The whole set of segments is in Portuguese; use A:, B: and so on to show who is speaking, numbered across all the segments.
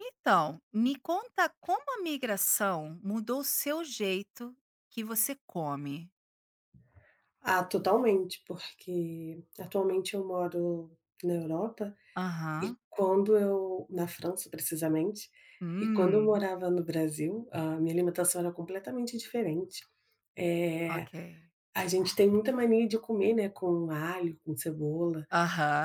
A: Então, me conta como a migração mudou o seu jeito que você come.
B: Ah, totalmente, porque atualmente eu moro na Europa
A: Aham.
B: e quando eu na França, precisamente, e quando eu
A: Hum,
B: morava no Brasil, a minha alimentação era completamente diferente. É
A: ok.
B: a gente tem muita mania de comer, né, com alho, com cebola,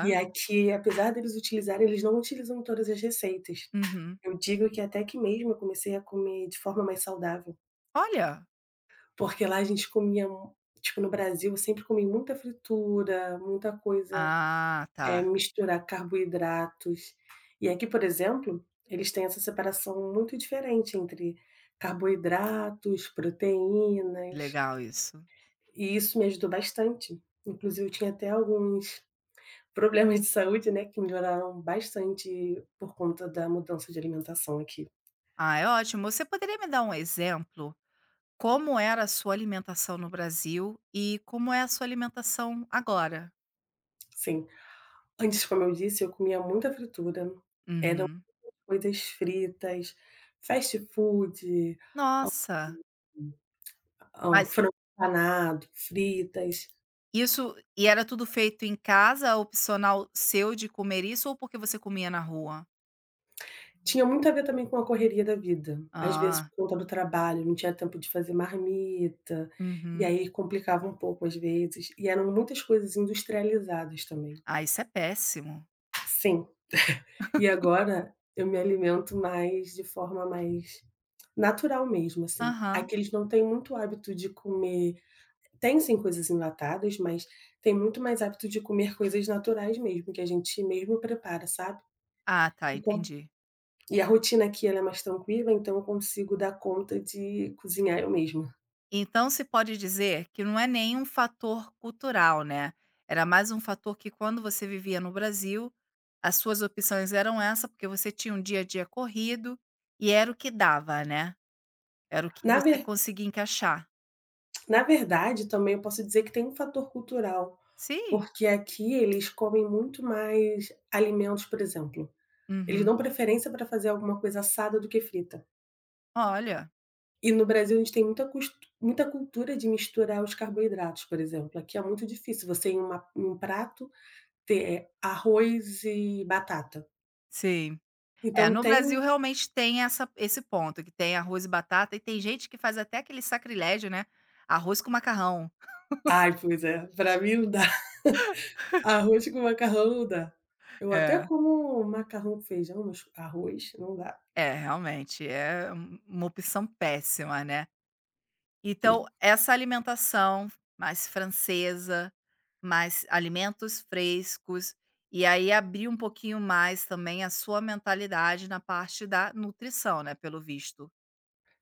B: e aqui, apesar deles utilizarem, eles não utilizam em todas as receitas.
A: Uhum.
B: Eu digo que até que mesmo eu comecei a comer de forma mais saudável,
A: Olha!
B: porque lá a gente comia, tipo, no Brasil eu sempre comi muita fritura, muita coisa.
A: Ah,
B: É,
A: tá.
B: misturar carboidratos. E aqui, por exemplo, eles têm essa separação muito diferente entre carboidratos, proteínas,
A: Legal isso.
B: e isso me ajudou bastante. Inclusive eu tinha até alguns problemas de saúde, né, que melhoraram bastante por conta da mudança de alimentação aqui.
A: Ah, é ótimo. Você poderia me dar um exemplo? Como era a sua alimentação no Brasil e como é a sua alimentação agora?
B: Sim. Antes, como eu disse, eu comia muita fritura, eram
A: Uhum.
B: coisas fritas, fast food,
A: Nossa! Mas
B: frango empanado, fritas.
A: isso e era tudo feito em casa, opcional seu de comer isso ou porque você comia na rua?
B: Tinha muito a ver também com a correria da vida. Às vezes,
A: Ah,
B: por conta do trabalho, não tinha tempo de fazer marmita, e
A: uhum.
B: aí complicava um pouco às vezes, e eram muitas coisas industrializadas também.
A: Ah, isso é péssimo.
B: Sim. E agora eu me alimento mais de forma mais natural mesmo, assim.
A: Aham.
B: Aqui eles não têm muito hábito de comer, tem sim coisas enlatadas, mas tem muito mais hábito de comer coisas naturais mesmo, que a gente mesmo prepara, sabe.
A: Ah, tá,
B: Então,
A: entendi.
B: e a rotina aqui ela é mais tranquila, então eu consigo dar conta de cozinhar eu mesma.
A: Então se pode dizer que não é nem um fator cultural, né, era mais um fator que quando você vivia no Brasil, as suas opções eram essa, porque você tinha um dia a dia corrido, e era o que dava, né, era o que
B: Na
A: você
B: ver
A: conseguia encaixar.
B: Na verdade, também eu posso dizer que tem um fator cultural,
A: Sim.
B: porque aqui eles comem muito mais alimentos, por exemplo, eles dão
A: Uhum.
B: preferência para fazer alguma coisa assada do que frita.
A: Olha.
B: E no Brasil a gente tem muita cultura de misturar os carboidratos, por exemplo. Aqui é muito difícil você em uma em um prato ter é, arroz e batata.
A: Sim. É,
B: Então
A: no Brasil
B: tem,
A: realmente tem essa esse ponto, que tem arroz e batata e tem gente que faz até aquele sacrilégio, né, arroz com macarrão.
B: ai, pois é, para mim não dá. Arroz com macarrão não dá. Eu até
A: É.
B: como macarrão com feijão, mas arroz não dá.
A: É, realmente é uma opção péssima, né. Então
B: Sim,
A: essa alimentação mais francesa, mais alimentos frescos, e aí abrir um pouquinho mais também a sua mentalidade na parte da nutrição, né, pelo visto.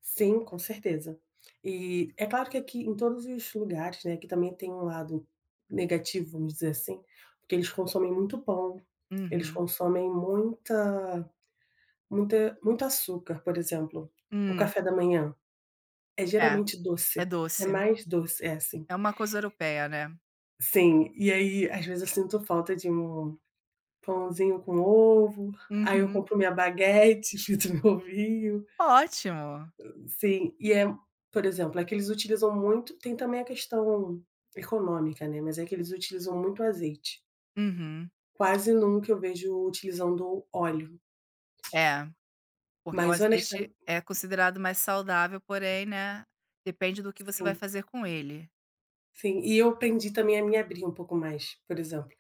B: sim, com certeza. E é claro que aqui em todos os lugares, né, que também tem um lado negativo, vamos dizer assim, porque eles consomem muito pão, eles
A: Uhum.
B: consomem muita muita muito açúcar, por exemplo. O
A: Hum,
B: café da manhã é
A: É.
B: geralmente
A: É
B: doce, é
A: doce.
B: mais doce, é assim.
A: É uma coisa europeia, né.
B: Sim, e aí às vezes eu sinto falta de um pãozinho com ovo, aí eu
A: Uhum.
B: compro minha baguete, frito meu ovinho.
A: Ótimo.
B: Sim, e é, por exemplo, é que eles utilizam muito, tem também a questão econômica, né, mas é que eles utilizam muito azeite.
A: Uhum.
B: Quase nunca eu vejo utilizando óleo,
A: É, porque o
B: mas
A: azeite
B: honestamente,
A: é considerado mais saudável, porém, né, depende do que você vai
B: sim,
A: fazer com ele.
B: sim. E eu aprendi também a me abrir um pouco mais, por exemplo,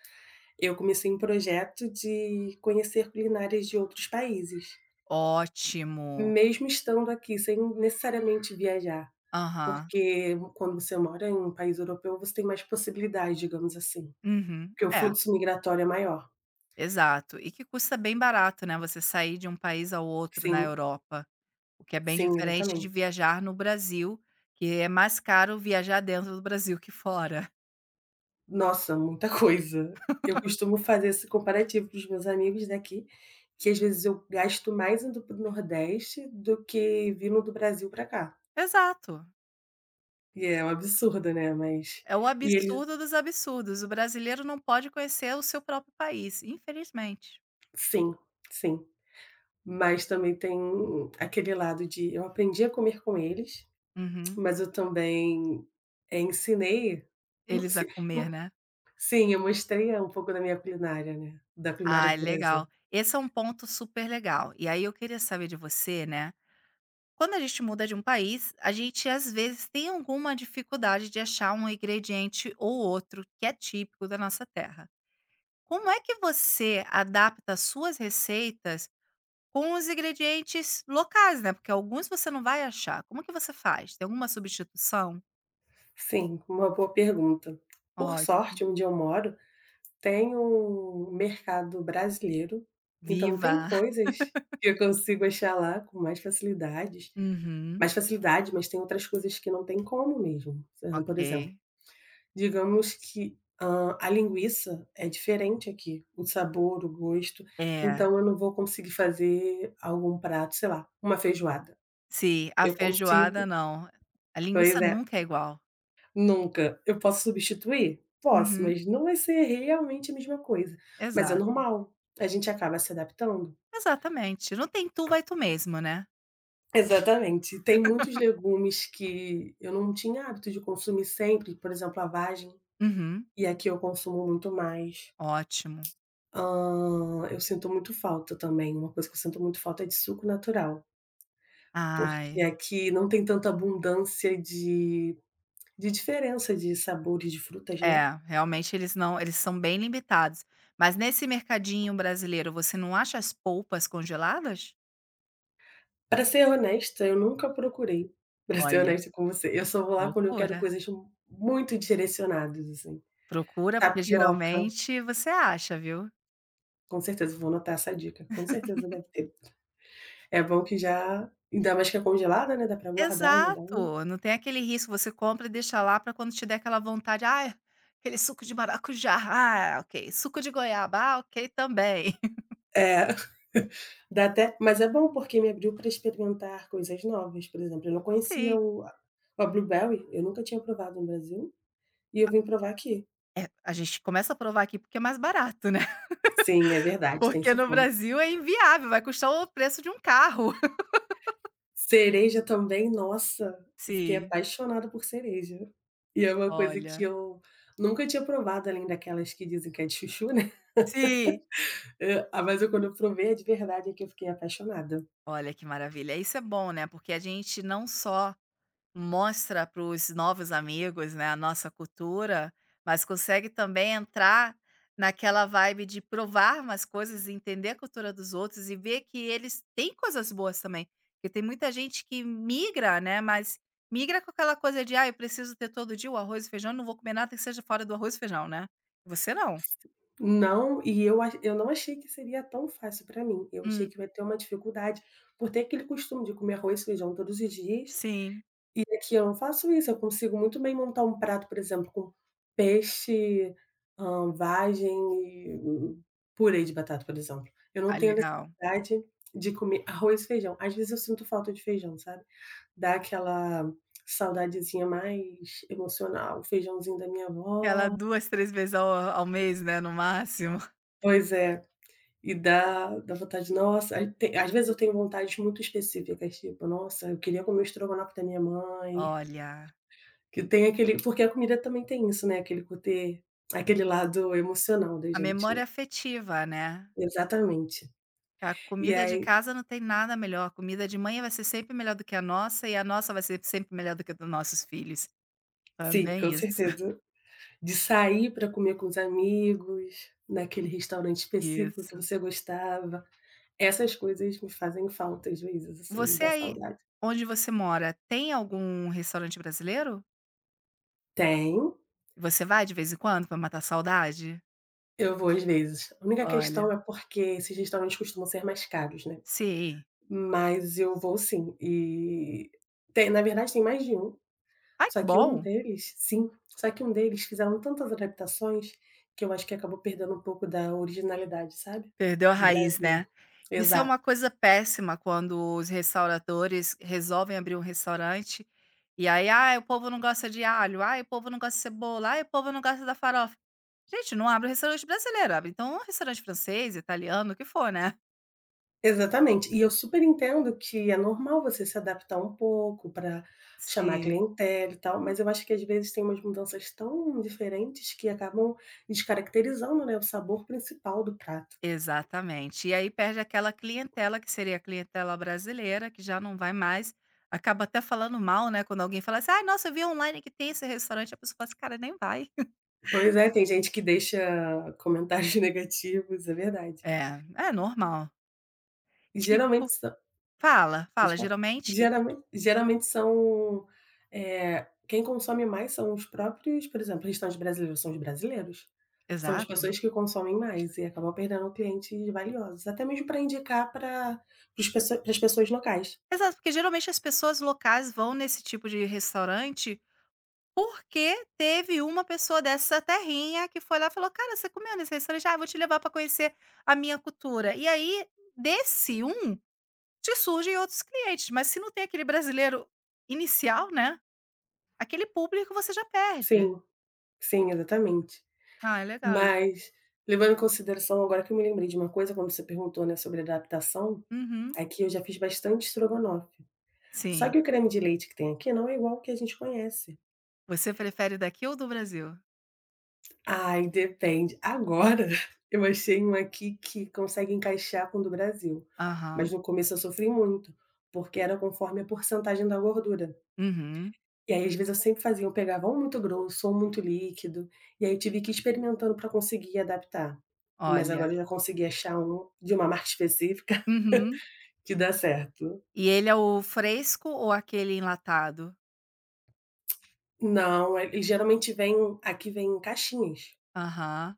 B: eu comecei um projeto de conhecer culinárias de outros países,
A: Ótimo.
B: mesmo estando aqui, sem necessariamente viajar.
A: Aham.
B: Porque quando você mora em um país europeu, você tem mais possibilidade, digamos assim,
A: Uhum.
B: porque o
A: É,
B: fluxo migratório é maior.
A: exato. E que custa bem barato, né, você sair de um país ao outro na
B: Sim,
A: Europa, o que é bem
B: sim,
A: diferente de
B: exatamente.
A: viajar no Brasil, que é mais caro viajar dentro do Brasil que fora.
B: Nossa, muita coisa. Eu costumo fazer esse comparativo com os meus amigos daqui, que às vezes eu gasto mais indo para o Nordeste do que vindo do Brasil para cá.
A: Exato.
B: E é um absurdo, né, mas
A: É o
B: e eles,
A: absurdo dos absurdos. O brasileiro não pode conhecer o seu próprio país, infelizmente.
B: sim, sim. Mas também tem aquele lado de eu aprendi a comer com eles.
A: Uhum.
B: Mas eu também, ensinei, não
A: Eles a
B: sei,
A: comer,
B: eu,
A: né?
B: sim, eu mostrei, um pouco da minha culinária, né, da culinária
A: Ah,
B: do
A: legal.
B: Brasil.
A: Esse é um ponto super legal. E aí eu queria saber de você, né? Quando a gente muda de um país, a gente às vezes tem alguma dificuldade de achar um ingrediente ou outro que é típico da nossa terra. Como é que você adapta as suas receitas com os ingredientes locais, né? Porque alguns você não vai achar. Como que você faz? Tem alguma substituição?
B: Sim, uma boa pergunta. Por
A: Ótimo.
B: sorte, onde eu moro tem um mercado brasileiro, então tem
A: Viva!
B: coisas que eu consigo achar lá com
A: Uhum.
B: mais facilidade, mas tem outras coisas que não tem como mesmo. Por
A: Ok.
B: exemplo, digamos que, a linguiça é diferente aqui, o sabor, o gosto,
A: É.
B: então eu não vou conseguir fazer algum prato, sei lá, uma feijoada.
A: Sim, a
B: Eu
A: feijoada
B: consigo,
A: não. A linguiça
B: pois é,
A: nunca é igual.
B: nunca. Eu posso substituir? Posso,
A: Uhum,
B: mas não vai ser realmente a mesma coisa, mas é
A: exato.
B: normal, a gente acaba se adaptando.
A: Exatamente. Não tem tu, vai tu mesmo, né.
B: Exatamente. Tem muitos legumes que eu não tinha hábito de consumir sempre, por exemplo, a vagem,
A: Uhum,
B: e aqui eu consumo muito mais.
A: ótimo.
B: Eu sinto muito falta também, uma coisa que eu sinto muito falta é de suco natural, porque
A: Ai,
B: aqui não tem tanta abundância de diferença de sabores de frutas, né.
A: é, realmente eles não eles são bem limitados. Mas nesse mercadinho brasileiro, você não acha as polpas congeladas?
B: Para ser honesta, eu nunca procurei, para ser
A: Olha,
B: honesta com você, eu só vou lá quando eu quero
A: procura.
B: coisas muito direcionadas, assim.
A: Procura, porque
B: Tapioca,
A: geralmente você acha, viu.
B: com certeza, vou anotar essa dica, com certeza deve ter. É bom que já, ainda mais que é congelada, né, dá pra guardar, já dá um
A: Exato, não tem aquele risco, você compra e deixa lá para quando te der aquela vontade: ah, aquele suco de maracujá, ah, ok, suco de goiaba, ah, ok também".
B: é. Dá até, mas é bom porque me abriu para experimentar coisas novas, por exemplo, eu não conhecia
A: Sim,
B: o a blueberry, eu nunca tinha provado no Brasil, e eu vim provar aqui.
A: é, a gente começa a provar aqui porque é mais barato, né,
B: Sim, é verdade, tem
A: porque
B: esse
A: no
B: ponto.
A: Brasil é inviável, vai custar o preço de um carro.
B: Cereja também, nossa, eu fiquei
A: Sim,
B: apaixonada por cereja. E é uma coisa que
A: olha.
B: eu nunca tinha provado além daquelas que dizem que é de chuchu, né.
A: Sim,
B: Mas eu quando eu provei é de verdade é que eu fiquei apaixonada.
A: olha que maravilha, isso é bom, né, porque a gente não só mostra para os novos amigos, né, a nossa cultura, mas consegue também entrar naquela vibe de provar mais coisas, entender a cultura dos outros e ver que eles têm coisas boas também. Porque tem muita gente que migra, né, mas migra com aquela coisa de: "Ah, eu preciso ter todo dia o arroz e feijão, não vou comer nada que seja fora do arroz e feijão", né. Você não.
B: Não, e eu não achei que seria tão fácil para mim, eu
A: Hum,
B: achei que eu ia ter uma dificuldade, por ter aquele costume de comer arroz e feijão todos os dias,
A: sim.
B: e aqui eu não faço isso, eu consigo muito bem montar um prato, por exemplo, com peixe, vagem e purê de batata, por exemplo. Eu
A: Ah,
B: não tenho
A: legal.
B: necessidade de comer arroz e feijão, às vezes eu sinto falta de feijão, sabe, dá aquela saudadezinha mais emocional, o feijãozinho da minha
A: Ela
B: avó.
A: 2, 3 vezes ao mês, né, no máximo.
B: Pois é. E dá vontade, nossa, aí tem, às vezes eu tenho vontades muito específicas, tipo: "Nossa, eu queria comer o estrogonofe da minha mãe",
A: Olha,
B: que tem aquele, porque a comida também tem isso, né, aquele côté, aquele lado emocional da
A: a
B: gente,
A: memória
B: né.
A: afetiva, né.
B: Exatamente.
A: A
B: E
A: comida de
B: aí,
A: casa não tem nada melhor, a comida de mãe vai ser sempre melhor do que a nossa e a nossa vai ser sempre melhor do que a dos nossos filhos. É
B: sim, com
A: bem isso,
B: certeza. De sair para comer com os amigos, naquele restaurante específico que
A: isso.
B: você gostava, essas coisas me fazem falta às vezes, assim,
A: Você
B: dá
A: aí,
B: saudade.
A: onde você mora, tem algum restaurante brasileiro?
B: Tem.
A: Você vai de vez em quando para matar a saudade?
B: Eu vou às vezes. A única
A: Olha,
B: questão é porque esses restaurantes costumam ser mais caros, né,
A: sim.
B: mas eu vou sim. E tem, na verdade tem mais de um,
A: Ai,
B: só
A: que
B: que
A: bom,
B: um deles, sim, só que um deles fizeram tantas adaptações, que eu acho que acabou perdendo um pouco da originalidade, sabe,
A: perdeu a
B: do
A: raiz,
B: Brasil.
A: né. Isso é
B: Exato.
A: uma coisa péssima quando os restauradores resolvem abrir um restaurante. E aí, "Ai, o povo não gosta de alho. Ai, o povo não gosta de cebola. Ai, o povo não gosta da farofa". Gente, não abre o restaurante brasileiro, abre então um restaurante francês, italiano, o que for, né.
B: Exatamente. E eu super entendo que é normal você se adaptar um pouco para chamar
A: Sim.
B: clientela e tal, mas eu acho que às vezes tem umas mudanças tão diferentes que acabam descaracterizando, né, o sabor principal do prato.
A: Exatamente. E aí perde aquela clientela, que seria a clientela brasileira, que já não vai mais. Acaba até falando mal, né, quando alguém fala assim: "Ai, nossa, eu vi online que tem esse restaurante", a pessoa fala assim: "Cara, nem vai".
B: Pois é, tem gente que deixa comentários negativos, é verdade.
A: É, é normal.
B: E
A: Tipo,
B: geralmente,
A: fala,
B: pode
A: fala,
B: falar.
A: geralmente
B: Geralmente são, quem consome mais são os próprios, por exemplo, restaurantes brasileiros são os brasileiros. São as
A: exato.
B: pessoas que consomem mais e acabam perdendo clientes valiosos, até mesmo para indicar para as pessoas locais.
A: Exato, porque geralmente as pessoas locais vão nesse tipo de restaurante. Porque teve uma pessoa dessa terrinha que foi lá e falou: "Cara, você comeu nesse restaurante? Ah, vou te levar para conhecer a minha cultura". E aí, desse um, te surgem outros clientes, mas se não tem aquele brasileiro inicial, né, aquele público você já perde.
B: Sim, sim, exatamente.
A: Ah, é legal isso.
B: Mas, levando em consideração agora que eu me lembrei de uma coisa quando você perguntou, né, sobre adaptação,
A: Uhum.
B: aqui eu já fiz bastante estrogonofe. Só
A: Sim.
B: que o creme de leite que tem aqui não é igual ao que a gente conhece.
A: Você prefere daqui ou do Brasil?
B: Ai, depende. Agora eu achei um aqui que consegue encaixar com o do Brasil,
A: Aham.
B: mas no começo eu sofri muito, porque era conforme a porcentagem da gordura.
A: Uhum.
B: E aí, às vezes, eu sempre fazia, eu pegava um muito grosso ou um muito líquido, e aí eu tive que ir experimentando para conseguir adaptar. Mas
A: Olha.
B: agora eu já consegui achar um de uma marca específica
A: Uhum.
B: que dá certo.
A: E ele é o fresco ou aquele enlatado?
B: Não, ele geralmente vem, aqui vem em caixinhas.
A: Aham.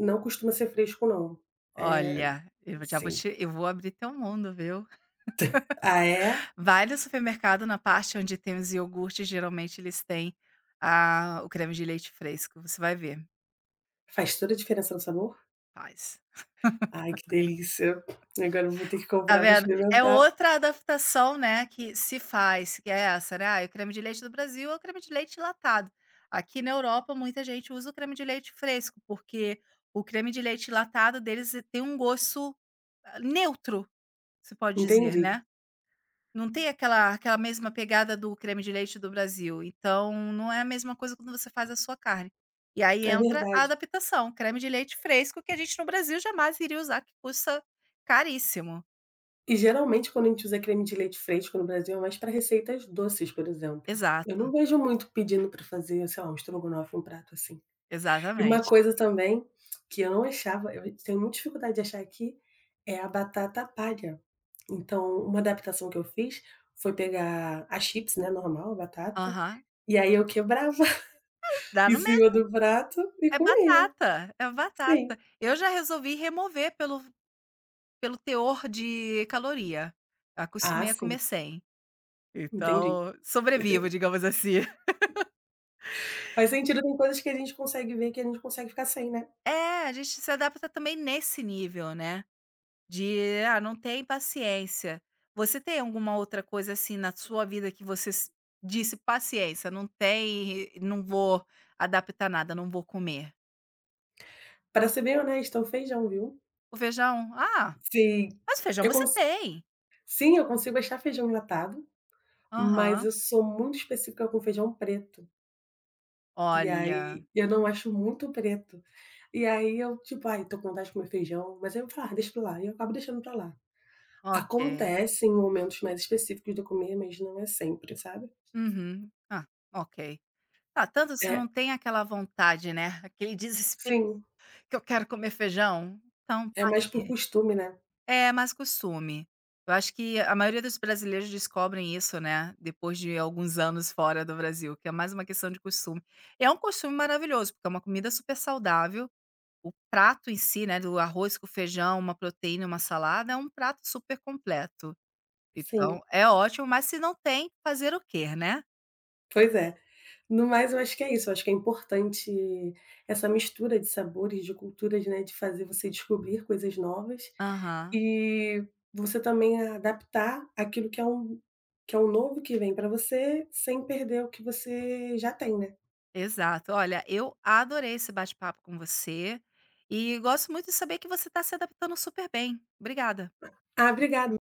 B: Não costuma ser fresco não. É,
A: Olha, eu já vou
B: sim.
A: te eu vou abrir teu mundo, viu.
B: Ah, é?
A: Vale ao supermercado na parte onde tem os iogurtes, geralmente eles têm, ah, o creme de leite fresco, você vai ver,
B: Faz toda a diferença no sabor?
A: faz.
B: Ai, que delícia. Agora eu vou ter que
A: Tá
B: comprar para
A: vendo? É
B: experimentar.
A: outra adaptação, né, que se faz, que é essa, né, "Ai, o creme de leite do Brasil é o creme de leite latado. Aqui na Europa muita gente usa o creme de leite fresco, porque o creme de leite latado deles tem um gosto ah, neutro, se pode dizer,
B: Entendi,
A: né. Não tem aquela mesma pegada do creme de leite do Brasil, então não é a mesma coisa quando você faz a sua carne. E aí
B: é
A: entra a
B: verdade.
A: adaptação, creme de leite fresco que a gente no Brasil jamais iria usar, que custa caríssimo.
B: E geralmente quando a gente usa creme de leite fresco no Brasil é mais para receitas doces, por exemplo. Eu
A: Exato,
B: não vejo muito pedindo para fazer, sei lá, um estrogonofe, um prato assim. E uma
A: exatamente.
B: coisa também que eu não achava, eu tenho muita dificuldade de achar aqui, é a batata palha. Então, uma adaptação que eu fiz foi pegar a chips, né, normal, a batata,
A: Aham.
B: e aí eu quebrava
A: Dá
B: em
A: no
B: cima
A: mesmo,
B: do prato e
A: é
B: comia.
A: batata, é batata.
B: Sim.
A: Eu já resolvi remover pelo teor de caloria,
B: Ah,
A: acostumei a comer
B: sim.
A: sem,
B: Entendi.
A: então sobrevivo, digamos assim.
B: Faz sentido, tem coisas que a gente consegue ver que a gente não consegue ficar sem, né.
A: É, a gente se adapta também nesse nível, né. De, ah, não tem paciência. Você tem alguma outra coisa, assim, na sua vida que você s disse: "Paciência, não tem, não vou adaptar nada, não vou comer"?
B: Pra ser bem honesta, o feijão, viu.
A: O feijão? Ah,
B: Sim,
A: mas feijão
B: eu
A: você
B: cons
A: tem.
B: sim, eu consigo achar feijão enlatado, mas
A: Aham.
B: eu sou muito específica com feijão preto, e
A: Olha,
B: aí eu não acho muito preto. E aí eu, tipo: "Ai, tô com vontade de comer feijão", mas aí eu falo: "Ah, deixa pra lá", e eu acabo deixando pra lá.
A: ok.
B: Acontece em momentos mais específicos de eu comer, mas não é sempre, sabe.
A: Uhum. Ah, ok. Ah, tanto se
B: É,
A: não tem aquela vontade, né, aquele desespero
B: sim,
A: que eu quero comer feijão, então
B: é mais por
A: paciência.
B: costume, né.
A: É, mais costume. Eu acho que a maioria dos brasileiros descobrem isso, né, depois de alguns anos fora do Brasil, que é mais uma questão de costume. É um costume maravilhoso, porque é uma comida super saudável, o prato em si, né, do arroz com feijão, uma proteína, uma salada, é um prato super completo. Então,
B: Sim.
A: é ótimo, mas se não tem, fazer o quê, né?
B: Pois é. No mais, eu acho que é isso, eu acho que é importante essa mistura de sabores, de culturas, né, de fazer você descobrir coisas novas
A: Aham,
B: e você também adaptar aquilo que é um, que é um novo que vem para você, sem perder o que você já tem, né.
A: exato. Olha, eu adorei esse bate-papo com você e gosto muito de saber que você está se adaptando super bem. Obrigada.
B: Ah, obrigada.